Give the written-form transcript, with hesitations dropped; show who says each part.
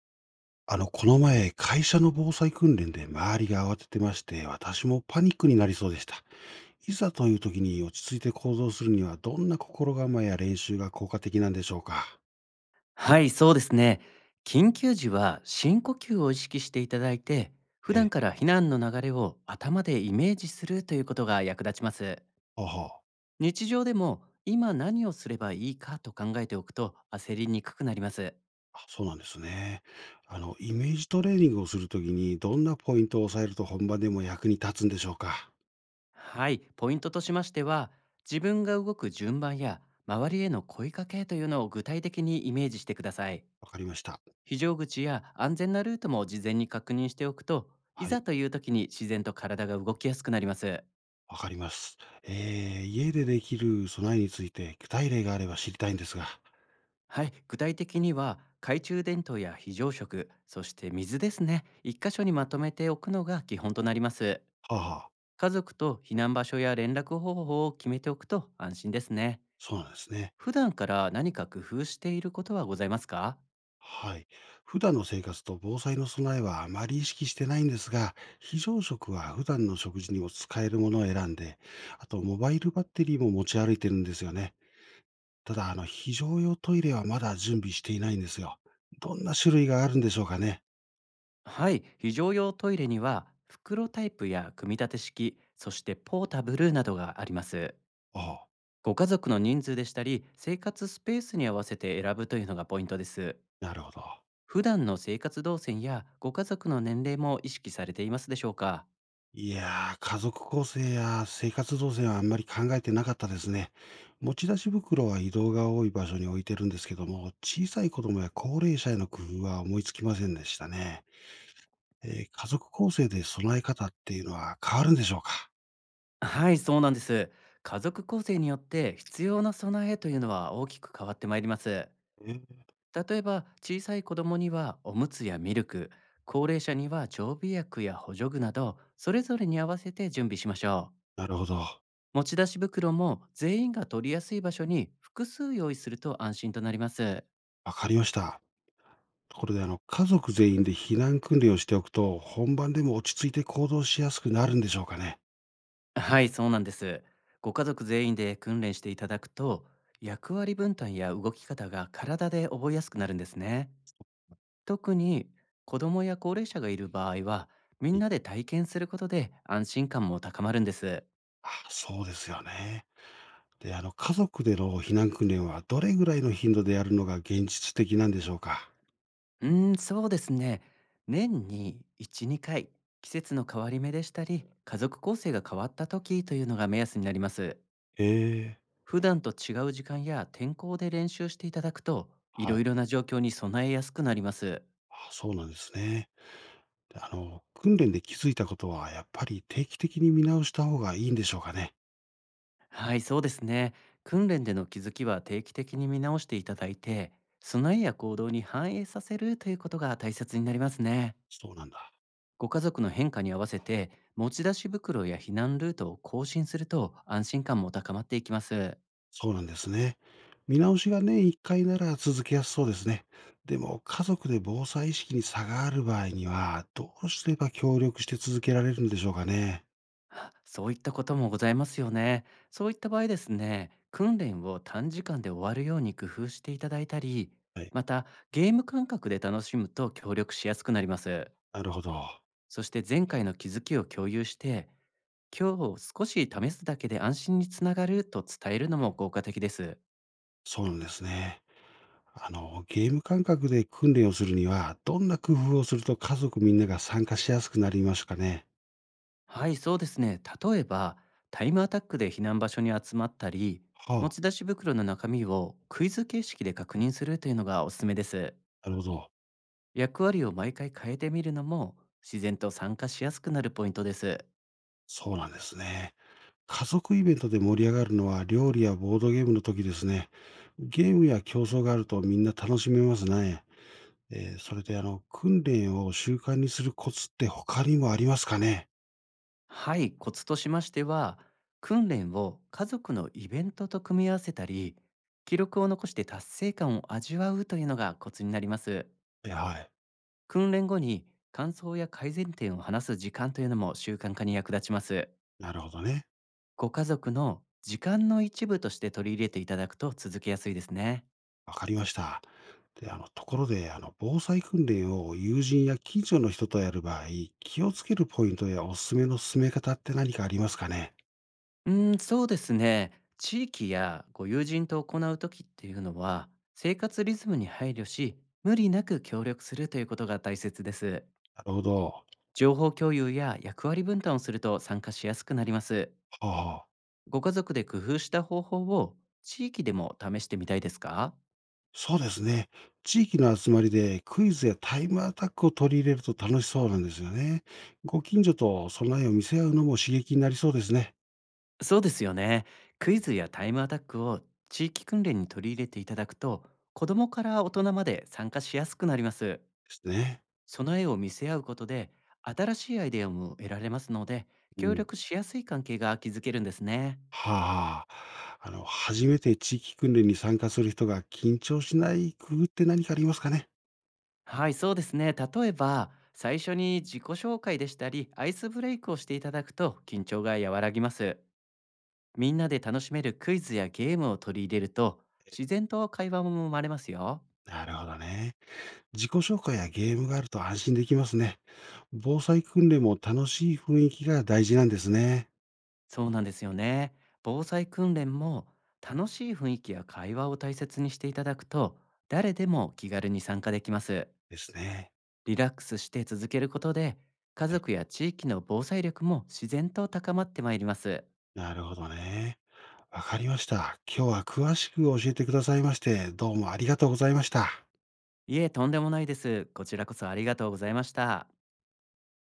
Speaker 1: この前、会社の防災訓練で周りが慌ててまして、私もパニックになりそうでした。いざという時に落ち着いて行動するには、どんな心構えや練習が効果的なんでしょうか？
Speaker 2: はい、そうですね。緊急時は深呼吸を意識していただいて、普
Speaker 1: え
Speaker 2: 段
Speaker 1: え、
Speaker 2: から避難の流れを頭でイメージするということが役立ちます。
Speaker 1: はあは
Speaker 2: 日常でも今何をすればいいかと考えておくと焦りにくくなります。
Speaker 1: あ、あ、そうなんですね。イメージトレーニングをするときに、どんなポイントを押さえると本番でも役に立つんでしょうか？
Speaker 2: はい、ポイントとしましては、自分が動く順番や周りへの声かけというのを具体的にイメージしてください。
Speaker 1: わかりました。
Speaker 2: 非常口や安全なルートも事前に確認しておくと、い
Speaker 1: はい、
Speaker 2: ざという時に自然と体が動きやすくなります。
Speaker 1: わかります。家でできる備えについて、具体例があれば知りたいんですが。
Speaker 2: はい、具体的には懐中電灯や非常食、そして水ですね。一箇所にまとめておくのが基本となります。
Speaker 1: はあはあ、
Speaker 2: 家族と避難場所や連絡方法を決めておくと安心ですね。
Speaker 1: そうなんですね。
Speaker 2: 普段から何か工夫していることはございますか？
Speaker 1: はい。普段の生活と防災の備えはあまり意識してないんですが、非常食は普段の食事にも使えるものを選んで、あとモバイルバッテリーも持ち歩いてるんですよね。ただ、非常用トイレはまだ準備していないんですよ。どんな種類があるんでしょうかね。
Speaker 2: はい、非常用トイレには袋タイプや組み立て式、そしてポータブルなどがあります。
Speaker 1: おお、
Speaker 2: ご家族の人数でしたり、生活スペースに合わせて選ぶというのがポイントです。
Speaker 1: なるほど。
Speaker 2: 普段の生活動線やご家族の年齢も意識されていますでしょうか？
Speaker 1: いやー、家族構成や生活動線はあんまり考えてなかったですね。持ち出し袋は移動が多い場所に置いてるんですけども、小さい子供や高齢者への工夫は思いつきませんでしたね。家族構成で備え方っていうのは変わるんでしょうか？
Speaker 2: はい、そうなんです。家族構成によって必要な備えというのは大きく変わってまいります。
Speaker 1: えー
Speaker 2: 例えば、小さい子供にはおむつやミルク、高齢者には常備薬や補助具など、それぞれに合わせて準備しましょう。
Speaker 1: なるほど。
Speaker 2: 持ち出し袋も全員が取りやすい場所に複数用意すると安心となります。
Speaker 1: わかりました。ところで、家族全員で避難訓練をしておくと、本番でも落ち着いて行動しやすくなるんでしょうかね。
Speaker 2: はい、そうなんです。ご家族全員で訓練していただくと、役割分担や動き方が体で覚えやすくなるんですね。特に子供や高齢者がいる場合は、み
Speaker 1: は
Speaker 2: ん
Speaker 1: い、
Speaker 2: なで体験することで安心感も高まるんです。
Speaker 1: あ、そうですよね。で、家族での避難訓練はどれぐらいの頻度でやるのが現実的なんでしょうか？
Speaker 2: うーん、そうですね。年に1、2回、季節の変わり目でしたり、家族構成が変わった時というのが目安になります。
Speaker 1: ええ。
Speaker 2: 普段と違う時間や天候で練習していただくと、い
Speaker 1: は
Speaker 2: ろ
Speaker 1: い。
Speaker 2: いろな状況に備えやすくなります。
Speaker 1: あ、そうなんですね。で、あの、訓練で気づいたことは、やっぱり定期的に見直した方がいいんでしょうかね。
Speaker 2: はい、そうですね。訓練での気づきは定期的に見直していただいて、備えや行動に反映させるということが大切になりますね。
Speaker 1: そうなんだ。
Speaker 2: ご家族の変化に合わせて、持ち出し袋や避難ルートを更新すると安心感も高まっていきます。
Speaker 1: そうなんですね。見直しが年1回なら続けやすそうですね。でも、家族で防災意識に差がある場合には、どうすれば協力して続けられるんでしょうかね。
Speaker 2: あ、そういったこともございますよね。そういった場合ですね、訓練を短時間で終わるように工夫していただいたり、
Speaker 1: はい。
Speaker 2: またゲーム感覚で楽しむと協力しやすくなります。
Speaker 1: なるほど。
Speaker 2: そして前回の気づきを共有して、今日少し試すだけで安心につながると伝えるのも効果的です。
Speaker 1: そうなんですね。ゲーム感覚で訓練をするには、どんな工夫をすると家族みんなが参加しやすくなりますかね。
Speaker 2: はい、そうですね。例えば、タイムアタックで避難場所に集まったり、持
Speaker 1: は
Speaker 2: ち出し袋の中身をクイズ形式で確認するというのがおすすめです。
Speaker 1: あ、なるほど。
Speaker 2: 役割を毎回変えてみるのも自然と参加しやすくなるポイントです。
Speaker 1: そうなんですね。家族イベントで盛り上がるのは料理やボードゲームの時ですね。ゲームや競争があるとみんな楽しめますね。それで、訓練を習慣にするコツって他にもありますかね？
Speaker 2: はい、コツとしましては、訓練を家族のイベントと組み合わせたり、記録を残して達成感を味わうというのがコツになります。
Speaker 1: え、はい。
Speaker 2: 訓練後に感想や改善点を話す時間というのも習慣化に役立ちます。
Speaker 1: なるほどね。
Speaker 2: ご家族の時間の一部として取り入れていただくと続けやすいですね。
Speaker 1: わかりました。で、ところで、防災訓練を友人や近所の人とやる場合、気をつけるポイントやおすすめの進め方って何かありますかね？
Speaker 2: うーん、そうですね。地域やご友人と行う時っていうのは、生活リズムに配慮し、無理なく協力するということが大切です。
Speaker 1: なるほど。は
Speaker 2: 情報共有や役割分担をすると参加しやすくなります。
Speaker 1: あはあ。
Speaker 2: ご家族で工夫した方法を地域でも試してみたいですか？
Speaker 1: そうですね。地域の集まりでクイズやタイムアタックを取り入れると楽しそうなんですよね。ご近所と備えを見せ合うのも刺激になりそうですね。
Speaker 2: そうですよね。クイズやタイムアタックを地域訓練に取り入れていただくと、子どもから大人まで参加しやすくなります。
Speaker 1: ですね。
Speaker 2: その絵を見せ合うことで、新しいアイデアも得られますので、
Speaker 1: う
Speaker 2: 協
Speaker 1: ん。
Speaker 2: 力しやすい関係が築けるんですね。
Speaker 1: はあ。初めて地域訓練に参加する人が緊張しない工夫って何かありますかね？
Speaker 2: はい、そうですね。例えば、最初に自己紹介でしたり、アイスブレイクをしていただくと緊張が和らぎます。みんなで楽しめるクイズやゲームを取り入れると、自然と会話も生まれますよ。
Speaker 1: なるほどね。自己紹介やゲームがあると安心できますね。防災訓練も楽しい雰囲気が大事なんですね。
Speaker 2: そうなんですよね。防災訓練も楽しい雰囲気や会話を大切にしていただくと、誰でも気軽に参加できます。
Speaker 1: ですね。
Speaker 2: リラックスして続けることで、家
Speaker 1: はい。
Speaker 2: 族や地域の防災力も自然と高まってまいります。
Speaker 1: なるほどね。わかりました。今日は詳しく教えてくださいまして、どうもありがとうございました。
Speaker 2: いえ、とんでもないです。こちらこそありがとうございました。